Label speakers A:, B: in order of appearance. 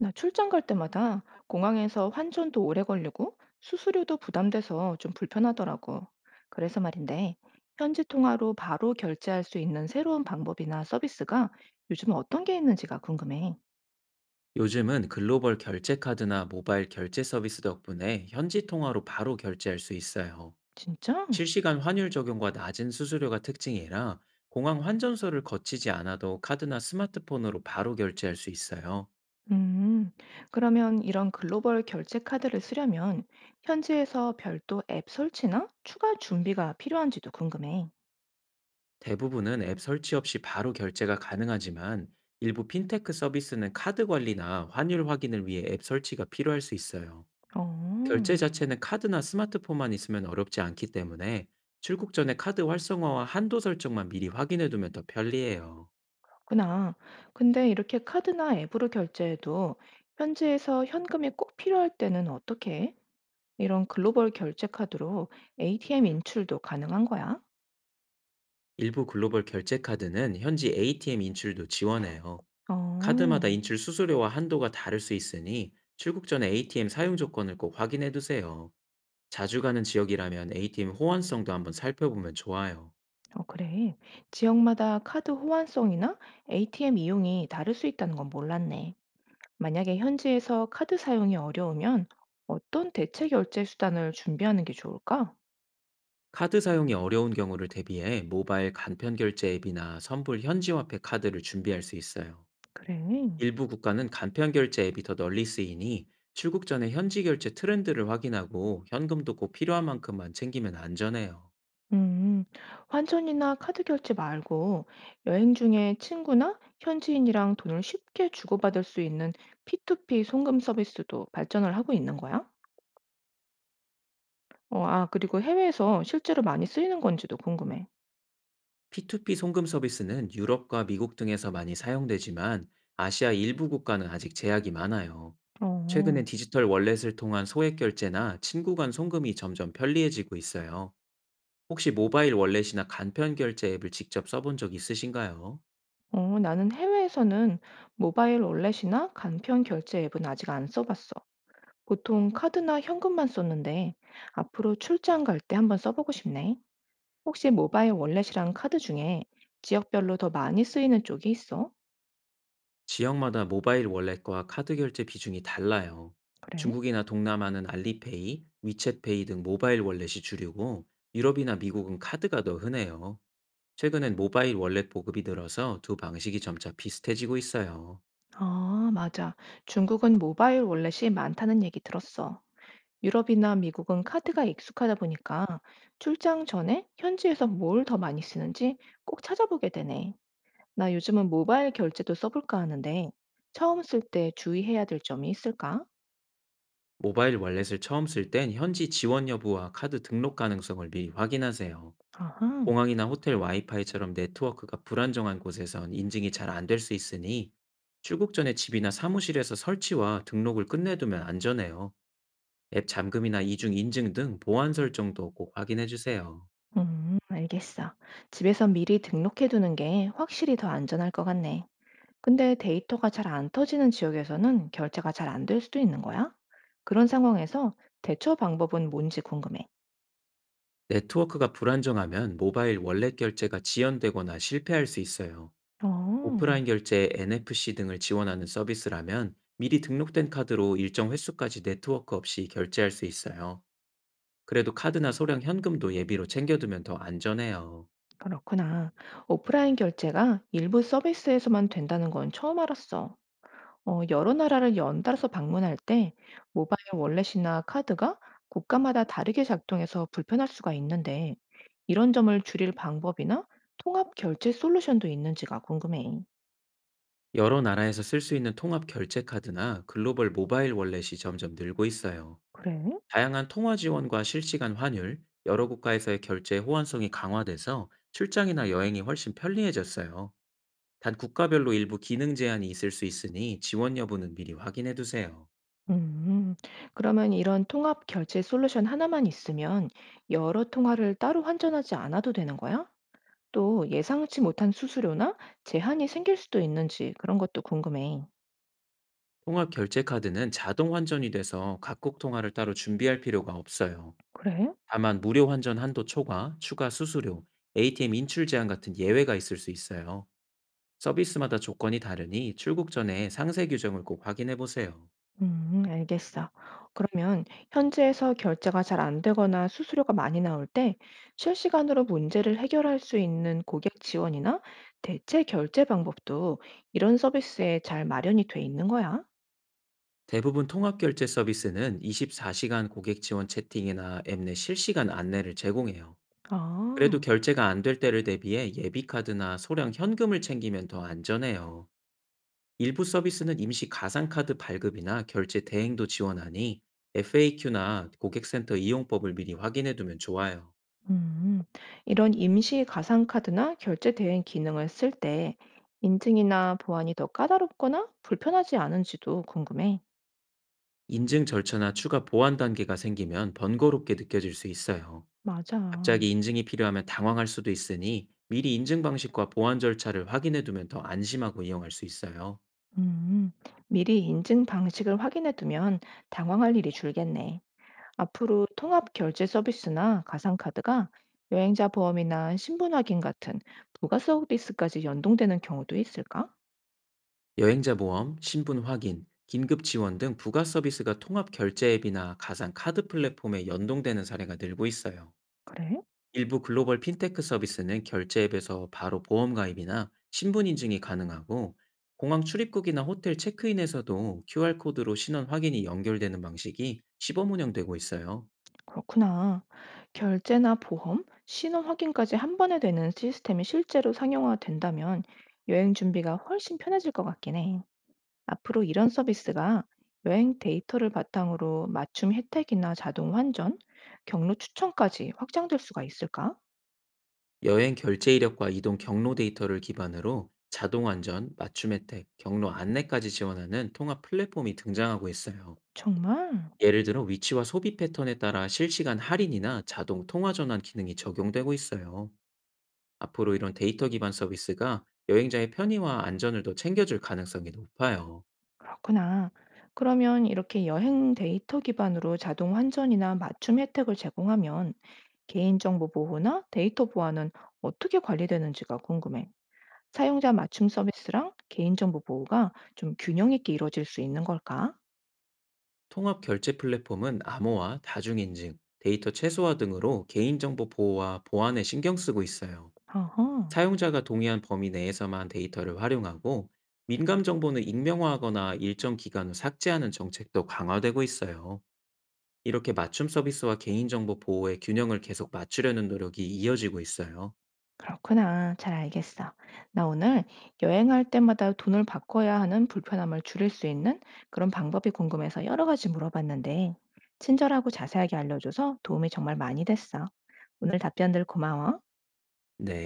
A: 나 출장 갈 때마다 공항에서 환전도 오래 걸리고 수수료도 부담돼서 좀 불편하더라고. 그래서 말인데, 현지 통화로 바로 결제할 수 있는 새로운 방법이나 서비스가 요즘 어떤 게 있는지가 궁금해.
B: 요즘은 글로벌 결제 카드나 모바일 결제 서비스 덕분에 현지 통화로 바로 결제할 수 있어요.
A: 진짜?
B: 실시간 환율 적용과 낮은 수수료가 특징이라 공항 환전소를 거치지 않아도 카드나 스마트폰으로 바로 결제할 수 있어요.
A: 음, 그러면 이런 글로벌 결제 카드를 쓰려면 현지에서 별도 앱 설치나 추가 준비가 필요한지도 궁금해.
B: 대부분은 앱 설치 없이 바로 결제가 가능하지만, 일부 핀테크 서비스는 카드 관리나 환율 확인을 위해 앱 설치가 필요할 수 있어요. 결제
A: 어.
B: 자체는 카드나 스마트폰만 있으면 어렵지 않기 때문에, 출국 전에 카드 활성화와 한도 설정만 미리 확인해 두면 더 편리해요.
A: 그나. 근데 이렇게 카드나 앱으로 결제해도 현지에서 현금이 꼭 필요할 때는 어떻게 해? 이런 글로벌 결제 카드로 ATM 인출도 가능한 거야?
B: 일부 글로벌 결제 카드는 현지 ATM 인출도 지원해요. 카드마다
A: 어,
B: 인출 수수료와 한도가 다를 수 있으니, 출국 전에 ATM 사용 조건을 꼭 확인해 두세요. 자주 가는 지역이라면 ATM 호환성도 한번 살펴보면 좋아요.
A: 어, 그래. 지역마다 카드 호환성이나 ATM 이용이 다를 수 있다는 건 몰랐네. 만약에 현지에서 카드 사용이 어려우면 어떤 대체 결제 수단을 준비하는 게 좋을까?
B: 카드 사용이 어려운 경우를 대비해 모바일 간편 결제 앱이나 선불 현지화폐 카드를 준비할 수 있어요.
A: 그래.
B: 일부 국가는 간편 결제 앱이 더 널리 쓰이니, 출국 전에 현지 결제 트렌드를 확인하고 현금도 꼭 필요한 만큼만 챙기면 안전해요.
A: 음, 환전이나 카드 결제 말고 여행 중에 친구나 현지인이랑 돈을 쉽게 주고받을 수 있는 P2P 송금 서비스도 발전을 하고 있는 거야? 어, 아, 그리고 해외에서 실제로 많이 쓰이는 건지도 궁금해.
B: P2P 송금 서비스는 유럽과 미국 등에서 많이 사용되지만, 아시아 일부 국가는 아직 제약이 많아요.
A: 어,
B: 최근엔 디지털 월렛을 통한 소액 결제나 친구 간 송금이 점점 편리해지고 있어요. 혹시 모바일 월렛이나 간편 결제 앱을 직접 써본 적 있으신가요?
A: 어, 나는 해외에서는 모바일 월렛이나 간편 결제 앱은 아직 안 써봤어. 보통 카드나 현금만 썼는데 앞으로 출장 갈 때 한번 써보고 싶네. 혹시 모바일 월렛이랑 카드 중에 지역별로 더 많이 쓰이는 쪽이 있어?
B: 지역마다 모바일 월렛과 카드 결제 비중이 달라요.
A: 그래?
B: 중국이나 동남아는 알리페이, 위챗페이 등 모바일 월렛이 주류고, 유럽이나 미국은 카드가 더 흔해요. 최근엔 모바일 월렛 보급이 늘어서 두 방식이 점차 비슷해지고 있어요.
A: 아, 맞아. 중국은 모바일 월렛이 많다는 얘기 들었어. 유럽이나 미국은 카드가 익숙하다 보니까 출장 전에 현지에서 뭘 더 많이 쓰는지 꼭 찾아보게 되네. 나 요즘은 모바일 결제도 써볼까 하는데 처음 쓸 때 주의해야 될 점이 있을까?
B: 모바일 월렛을 처음 쓸 땐 현지 지원 여부와 카드 등록 가능성을 미리 확인하세요.
A: 아하.
B: 공항이나 호텔 와이파이처럼 네트워크가 불안정한 곳에선 인증이 잘 안 될 수 있으니, 출국 전에 집이나 사무실에서 설치와 등록을 끝내두면 안전해요. 앱 잠금이나 이중 인증 등 보안 설정도 꼭 확인해 주세요.
A: 알겠어. 집에서 미리 등록해두는 게 확실히 더 안전할 것 같네. 근데 데이터가 잘 안 터지는 지역에서는 결제가 잘 안 될 수도 있는 거야? 그런 상황에서 대처 방법은 뭔지 궁금해.
B: 네트워크가 불안정하면 모바일 월렛 결제가 지연되거나 실패할 수 있어요.
A: 어,
B: 오프라인 결제에 NFC 등을 지원하는 서비스라면 미리 등록된 카드로 일정 횟수까지 네트워크 없이 결제할 수 있어요. 그래도 카드나 소량 현금도 예비로 챙겨두면 더 안전해요.
A: 그렇구나. 오프라인 결제가 일부 서비스에서만 된다는 건 처음 알았어. 어, 여러 나라를 연달아서 방문할 때 모바일 월렛이나 카드가 국가마다 다르게 작동해서 불편할 수가 있는데 이런 점을 줄일 방법이나 통합 결제 솔루션도 있는지가 궁금해.
B: 여러 나라에서 쓸 수 있는 통합 결제 카드나 글로벌 모바일 월렛이 점점 늘고 있어요.
A: 그래?
B: 다양한 통화 지원과 실시간 환율, 여러 국가에서의 결제 호환성이 강화돼서 출장이나 여행이 훨씬 편리해졌어요. 단, 국가별로 일부 기능 제한이 있을 수 있으니 지원 여부는 미리 확인해 두세요.
A: 음, 그러면 이런 통합 결제 솔루션 하나만 있으면 여러 통화를 따로 환전하지 않아도 되는 거야? 또 예상치 못한 수수료나 제한이 생길 수도 있는지 그런 것도 궁금해.
B: 통합 결제 카드는 자동 환전이 돼서 각국 통화를 따로 준비할 필요가 없어요.
A: 그래?
B: 다만 무료 환전 한도 초과, 추가 수수료, ATM 인출 제한 같은 예외가 있을 수 있어요. 서비스마다 조건이 다르니 출국 전에 상세 규정을 꼭 확인해 보세요.
A: 알겠어. 그러면 현지에서 결제가 잘 안 되거나 수수료가 많이 나올 때 실시간으로 문제를 해결할 수 있는 고객 지원이나 대체 결제 방법도 이런 서비스에 잘 마련이 돼 있는 거야?
B: 대부분 통합결제 서비스는 24시간 고객 지원 채팅이나 앱 내 실시간 안내를 제공해요. 그래도
A: 아.
B: 결제가 안 될 때를 대비해 예비카드나 소량 현금을 챙기면 더 안전해요. 일부 서비스는 임시 가상카드 발급이나 결제 대행도 지원하니, FAQ나 고객센터 이용법을 미리 확인해 두면 좋아요.
A: 음, 이런 임시 가상카드나 결제 대행 기능을 쓸 때 인증이나 보안이 더 까다롭거나 불편하지 않은지도 궁금해.
B: 인증 절차나 추가 보안 단계가 생기면 번거롭게 느껴질 수 있어요.
A: 맞아.
B: 갑자기 인증이 필요하면 당황할 수도 있으니, 미리 인증 방식과 보안 절차를 확인해 두면 더 안심하고 이용할 수 있어요.
A: 음, 미리 인증 방식을 확인해 두면 당황할 일이 줄겠네. 앞으로 통합 결제 서비스나 가상카드가 여행자 보험이나 신분 확인 같은 부가 서비스까지 연동되는 경우도 있을까?
B: 여행자 보험, 신분 확인, 긴급 지원 등 부가 서비스가 통합 결제 앱이나 가상 카드 플랫폼에 연동되는 사례가 늘고 있어요.
A: 그래?
B: 일부 글로벌 핀테크 서비스는 결제 앱에서 바로 보험 가입이나 신분 인증이 가능하고, 공항 출입국이나 호텔 체크인에서도 QR코드로 신원 확인이 연결되는 방식이 시범 운영되고 있어요.
A: 그렇구나. 결제나 보험, 신원 확인까지 한 번에 되는 시스템이 실제로 상용화된다면 여행 준비가 훨씬 편해질 것 같긴 해. 앞으로 이런 서비스가 여행 데이터를 바탕으로 맞춤 혜택이나 자동 환전, 경로 추천까지 확장될 수가 있을까?
B: 여행 결제 이력과 이동 경로 데이터를 기반으로 자동 안전, 맞춤 혜택, 경로 안내까지 지원하는 통합 플랫폼이 등장하고 있어요.
A: 정말?
B: 예를 들어 위치와 소비 패턴에 따라 실시간 할인이나 자동 통화 전환 기능이 적용되고 있어요. 앞으로 이런 데이터 기반 서비스가 여행자의 편의와 안전을 더 챙겨줄 가능성이 높아요.
A: 그렇구나. 그러면 이렇게 여행 데이터 기반으로 자동 환전이나 맞춤 혜택을 제공하면 개인정보 보호나 데이터 보안은 어떻게 관리되는지가 궁금해. 사용자 맞춤 서비스랑 개인정보 보호가 좀 균형 있게 이루어질 수 있는 걸까?
B: 통합 결제 플랫폼은 암호화, 다중인증, 데이터 최소화 등으로 개인정보 보호와 보안에 신경 쓰고 있어요.
A: 어허,
B: 사용자가 동의한 범위 내에서만 데이터를 활용하고, 민감 정보는 익명화하거나 일정 기간 후 삭제하는 정책도 강화되고 있어요. 이렇게 맞춤 서비스와 개인정보 보호의 균형을 계속 맞추려는 노력이 이어지고 있어요.
A: 그렇구나. 잘 알겠어. 나 오늘 여행할 때마다 돈을 바꿔야 하는 불편함을 줄일 수 있는 그런 방법이 궁금해서 여러 가지 물어봤는데, 친절하고 자세하게 알려줘서 도움이 정말 많이 됐어. 오늘 답변들 고마워.
B: 네.